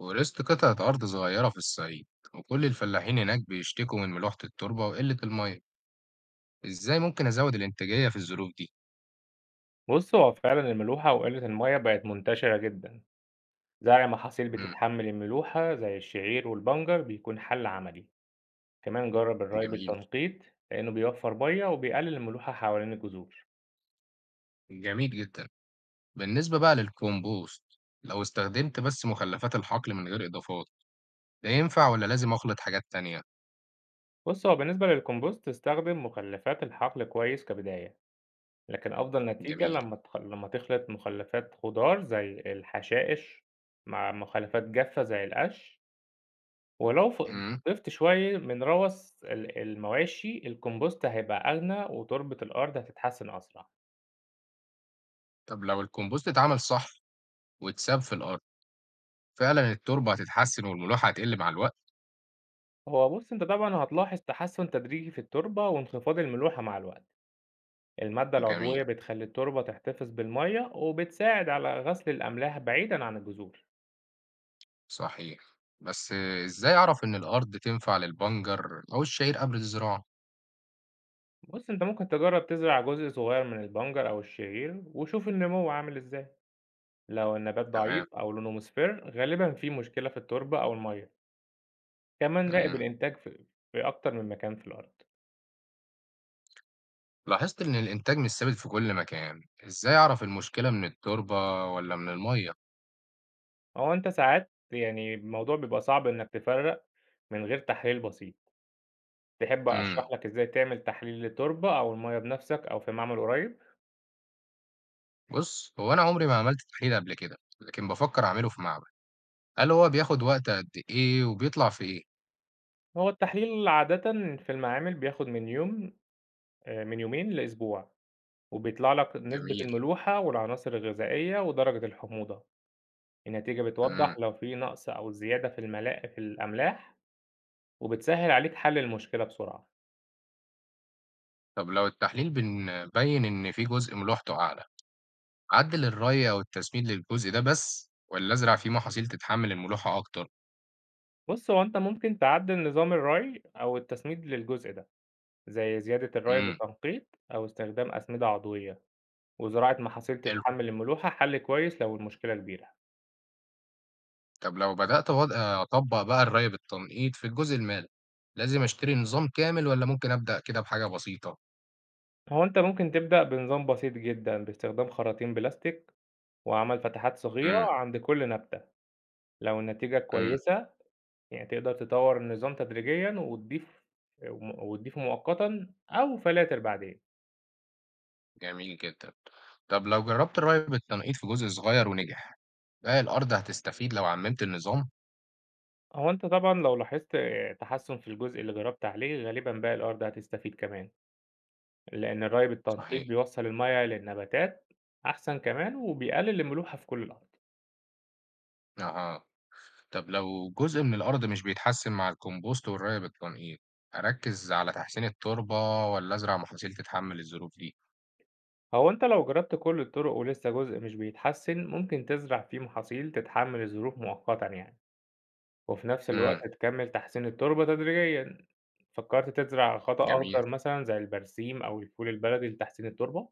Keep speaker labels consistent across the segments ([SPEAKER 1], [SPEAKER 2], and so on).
[SPEAKER 1] ورثت قطعة أرض صغيرة في الصعيد، وكل الفلاحين هناك بيشتكوا من ملوحة التربة وقلة المية. إزاي ممكن أزود الإنتاجية في الظروف دي؟
[SPEAKER 2] بُص، هو فعلًا الملوحة وقلة المَيّة بقت منتشرة جدًا، زرع محاصيل
[SPEAKER 1] مم.
[SPEAKER 2] بتتحمل الملوحة زي الشعير والبنجر بيكون حل عملي، كمان جرّب الري
[SPEAKER 1] جميل.
[SPEAKER 2] بالتنقيط لإنه بيوفّر مَيّة وبيقلل الملوحة حوالين الجذور.
[SPEAKER 1] جميل جدا. بالنسبة بقى للكومبوست، لو استخدمت بس مخلفات الحقل من غير إضافات، ده ينفع ولا لازم أخلط حاجات تانية؟
[SPEAKER 2] بُص، هو بالنسبة للكومبوست استخدم مخلفات الحقل كويس كبداية، لكن أفضل نتيجة
[SPEAKER 1] جميل.
[SPEAKER 2] لمّا تخ لمّا تخلط مخلفات خضار زي الحشائش مع مخلفات جافة زي القش ولو
[SPEAKER 1] مم.
[SPEAKER 2] ضِفت شوية من روث المواشي، الكومبوست هيبقى أغنى وتربة الأرض هتتحسن أسرع.
[SPEAKER 1] طب لو الكومبوست اتعمل صح واتساب في الأرض، فعلا التربة هتتحسن والملوحة هتقل مع الوقت؟
[SPEAKER 2] هو بُص، أنت طبعًا هتلاحظ تحسُّن تدريجي في التربة وانخفاض الملوحة مع الوقت. المادة
[SPEAKER 1] جميل.
[SPEAKER 2] العضوية بتخلّي التربة تحتفظ بالمَيّة وبتساعد على غسل الأملاح بعيدًا عن الجذور.
[SPEAKER 1] صحيح. بس إزاي أعرف إن الأرض تنفع للبنجر أو الشعير قبل الزراعة؟
[SPEAKER 2] بُص، أنت ممكن تجرّب تزرع جزء صغير من البنجر أو الشعير وشوف النمو عامل إزاي. لو النبات
[SPEAKER 1] تمام.
[SPEAKER 2] ضعيف أو لونه مصفر، غالبًا في مشكلة في التربة أو المَيّة. كمان راقب
[SPEAKER 1] إمم.
[SPEAKER 2] الإنتاج في أكتر من مكان في الأرض.
[SPEAKER 1] لاحظت إن الإنتاج مش ثابت في كل مكان، إزاي أعرف المشكلة من التربة والّا من المَيّة؟
[SPEAKER 2] هو أنت ساعات يعني الموضوع بيبقى صعب إنك تفرّق من غير تحليل بسيط، تحب أشرح
[SPEAKER 1] إمم.
[SPEAKER 2] لك إزاي تعمل تحليل للتربة أو المَيّة بنفسك أو في معمل قريب؟
[SPEAKER 1] بُص، هو أنا عمري ما عملت تحليل قبل كده، لكن بافكّر أعمله في معمل. هل هو بياخد وقت قد إيه وبيطلع في إيه؟
[SPEAKER 2] هو التحليل عادةً في المعامل بياخد من يومين لأسبوع، وبيطلع لك نسبة
[SPEAKER 1] جميل.
[SPEAKER 2] الملوحة والعناصر الغذائية ودرجة الحموضة، النتيجة بتوضح
[SPEAKER 1] إمم.
[SPEAKER 2] لو في نقص أو زيادة في الأملاح، وبتسهّل عليك حل المشكلة بسرعة.
[SPEAKER 1] طب لو التحليل بيّن إن في جزء ملوحته أعلى، أعدّل الري أو التسميد للجزء ده بس والّا أزرع فيه محاصيل تتحمل الملوحة أكتر؟
[SPEAKER 2] بُص، هو أنت ممكن تعدِّل نظام الري أو التسميد للجزء ده. زي زيادة الري
[SPEAKER 1] إمم.
[SPEAKER 2] بالتنقيط أو استخدام أسمدة عضوية وزراعة محاصيل
[SPEAKER 1] حلو.
[SPEAKER 2] تتحمل الملوحة حل كويس لو المشكلة كبيرة.
[SPEAKER 1] طب لو بدأت أطبّق بقى الري بالتنقيط في الجزء المالي، لازم أشتري نظام كامل والّا ممكن أبدأ كده بحاجة بسيطة؟
[SPEAKER 2] هو أنت ممكن تبدأ بنظام بسيط جدا باستخدام خراطيم بلاستيك وعمل فتحات
[SPEAKER 1] إمم.
[SPEAKER 2] صغيرة عند كل نبتة لو النتيجة
[SPEAKER 1] إمم.
[SPEAKER 2] كويسة يعني تقدر تطور النظام تدريجيا وتضيفه مؤقتا أو فلاتر بعدين.
[SPEAKER 1] جميل جدًا. طب لو جرّبت الري بالتنقيط في جزء صغير ونجح، باقي الأرض هتستفيد لو عممت النظام؟
[SPEAKER 2] هو أنت طبعا لو لاحظت تحسن في الجزء اللي جربت عليه غالبا باقي الأرض هتستفيد كمان لأن الري بالتنقيط
[SPEAKER 1] صحيح.
[SPEAKER 2] بيوصّل المَيّة للنباتات أحسن كمان وبيقلل الملوحة في كل الأرض.
[SPEAKER 1] أها. طب لو جزء من الأرض مش بيتحسن مع الكومبوست والري بالتنقيط، أركّز على تحسين التربة والّا أزرع محاصيل تتحمل الظروف دي؟
[SPEAKER 2] هو أنت لو جرّبت كل الطرق ولسه جزء مش بيتحسّن، ممكن تزرع فيه محاصيل تتحمّل الظروف مؤقتًا يعني، وفي نفس الوقت
[SPEAKER 1] إمم.
[SPEAKER 2] تكمّل تحسين التربة تدريجيًا. فكّرت تزرع خطأ
[SPEAKER 1] جميل.
[SPEAKER 2] أخضر مثلًا زي البرسيم أو الفول البلدي لتحسين التربة؟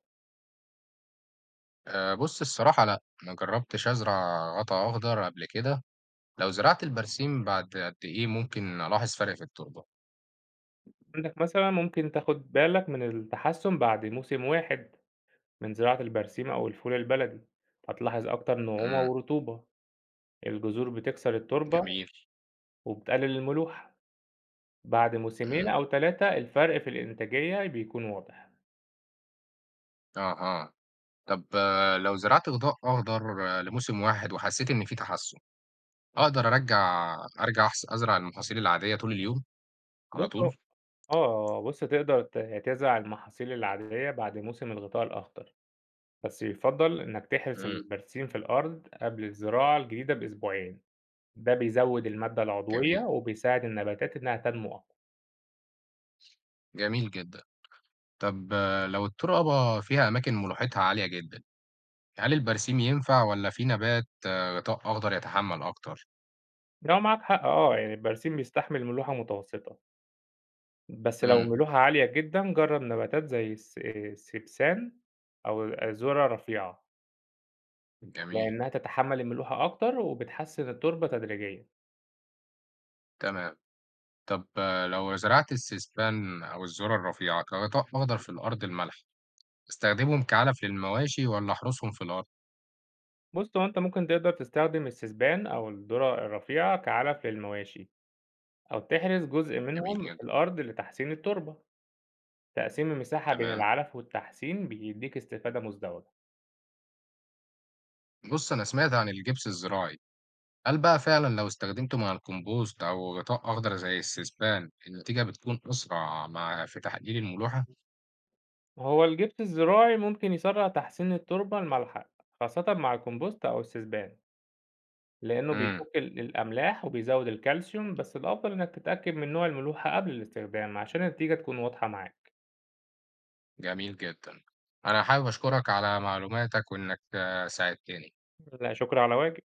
[SPEAKER 1] بُص الصراحة لأ، ما جرّبتش أزرع غطا أخضر قبل كده. لو زرعت البرسيم بعد قد إيه ممكن ألاحظ فرق في التربة؟
[SPEAKER 2] عندك مثلًا ممكن تاخُد بالك من التحسّن بعد موسم واحد من زراعة البرسيم أو الفول البلدي، هتلاحظ أكتر نعومة
[SPEAKER 1] إمم.
[SPEAKER 2] ورطوبة، الجذور بتكسر التربة
[SPEAKER 1] جميل.
[SPEAKER 2] وبتقلل الملوحة، بعد موسمين
[SPEAKER 1] إمم.
[SPEAKER 2] أو 3 الفرق في الإنتاجية بيكون واضح.
[SPEAKER 1] أها. طب لو زرعت غطاء أخضر لموسم واحد وحسيت إن في تحسن، أقدر أرجع أزرع المحاصيل العادية طول اليوم على
[SPEAKER 2] بُص هو
[SPEAKER 1] طول؟
[SPEAKER 2] آه، بُص تقدر تزرع المحاصيل العادية بعد موسم الغطاء الأخضر، بس يُفضّل إنك تحرس
[SPEAKER 1] إمم.
[SPEAKER 2] البرسيم في الأرض قبل الزراعة الجديدة بأسبوعين، ده بيزوّد المادة العضوية
[SPEAKER 1] جميل.
[SPEAKER 2] وبيساعد النباتات إنها تنمو أقوى.
[SPEAKER 1] جميل جدًا. طب لو التربة فيها أماكن ملوحتها عالية جدًا، هل البرسيم ينفع والّا في نبات غطاء أخضر يتحمل أكتر؟
[SPEAKER 2] لو معاك حق يعني البرسيم بيستحمل ملوحة متوسطة، بس لو
[SPEAKER 1] إمم.
[SPEAKER 2] الملوحة عالية جدًا جرّب نباتات زي السبسان أو الذرة رفيعة.
[SPEAKER 1] جميل.
[SPEAKER 2] لإنها تتحمل الملوحة أكتر وبتحسن التربة تدريجيًا.
[SPEAKER 1] تمام. طب لو زرعت السسبان أو الذرة الرفيعة كغطاء أخضر في الأرض الملح، أستخدمهم كعلف للمواشي ولا أحرسهم في الأرض؟
[SPEAKER 2] بُص، هو أنت ممكن تقدر تستخدم السسبان أو الذرة الرفيعة كعلف للمواشي، أو تحرث جزء
[SPEAKER 1] جميل
[SPEAKER 2] منهم
[SPEAKER 1] جدا.
[SPEAKER 2] في الأرض لتحسين التربة. تقسيم المساحة بين
[SPEAKER 1] تمام.
[SPEAKER 2] العلف والتحسين بيديك استفادة مزدوجة.
[SPEAKER 1] بص أنا سمعت عن الجبس الزراعي، هل بقى فعلا لو استخدمته مع الكمبوست أو غطاء أخضر زي السسبان النتيجة بتكون أسرع مع في تحليل الملوحة؟
[SPEAKER 2] هو الجبس الزراعي ممكن يسرع تحسين التربة الملحة، خاصة مع الكمبوست أو السسبان، لإنه
[SPEAKER 1] امم.
[SPEAKER 2] بيفك الأملاح وبيزود الكالسيوم، بس الأفضل إنك تتأكد من نوع الملوحة قبل الاستخدام عشان النتيجة تكون واضحة معاك.
[SPEAKER 1] جميل جدا. أنا حابب أشكرك على معلوماتك وإنك ساعدتني.
[SPEAKER 2] لا شكر على واجب.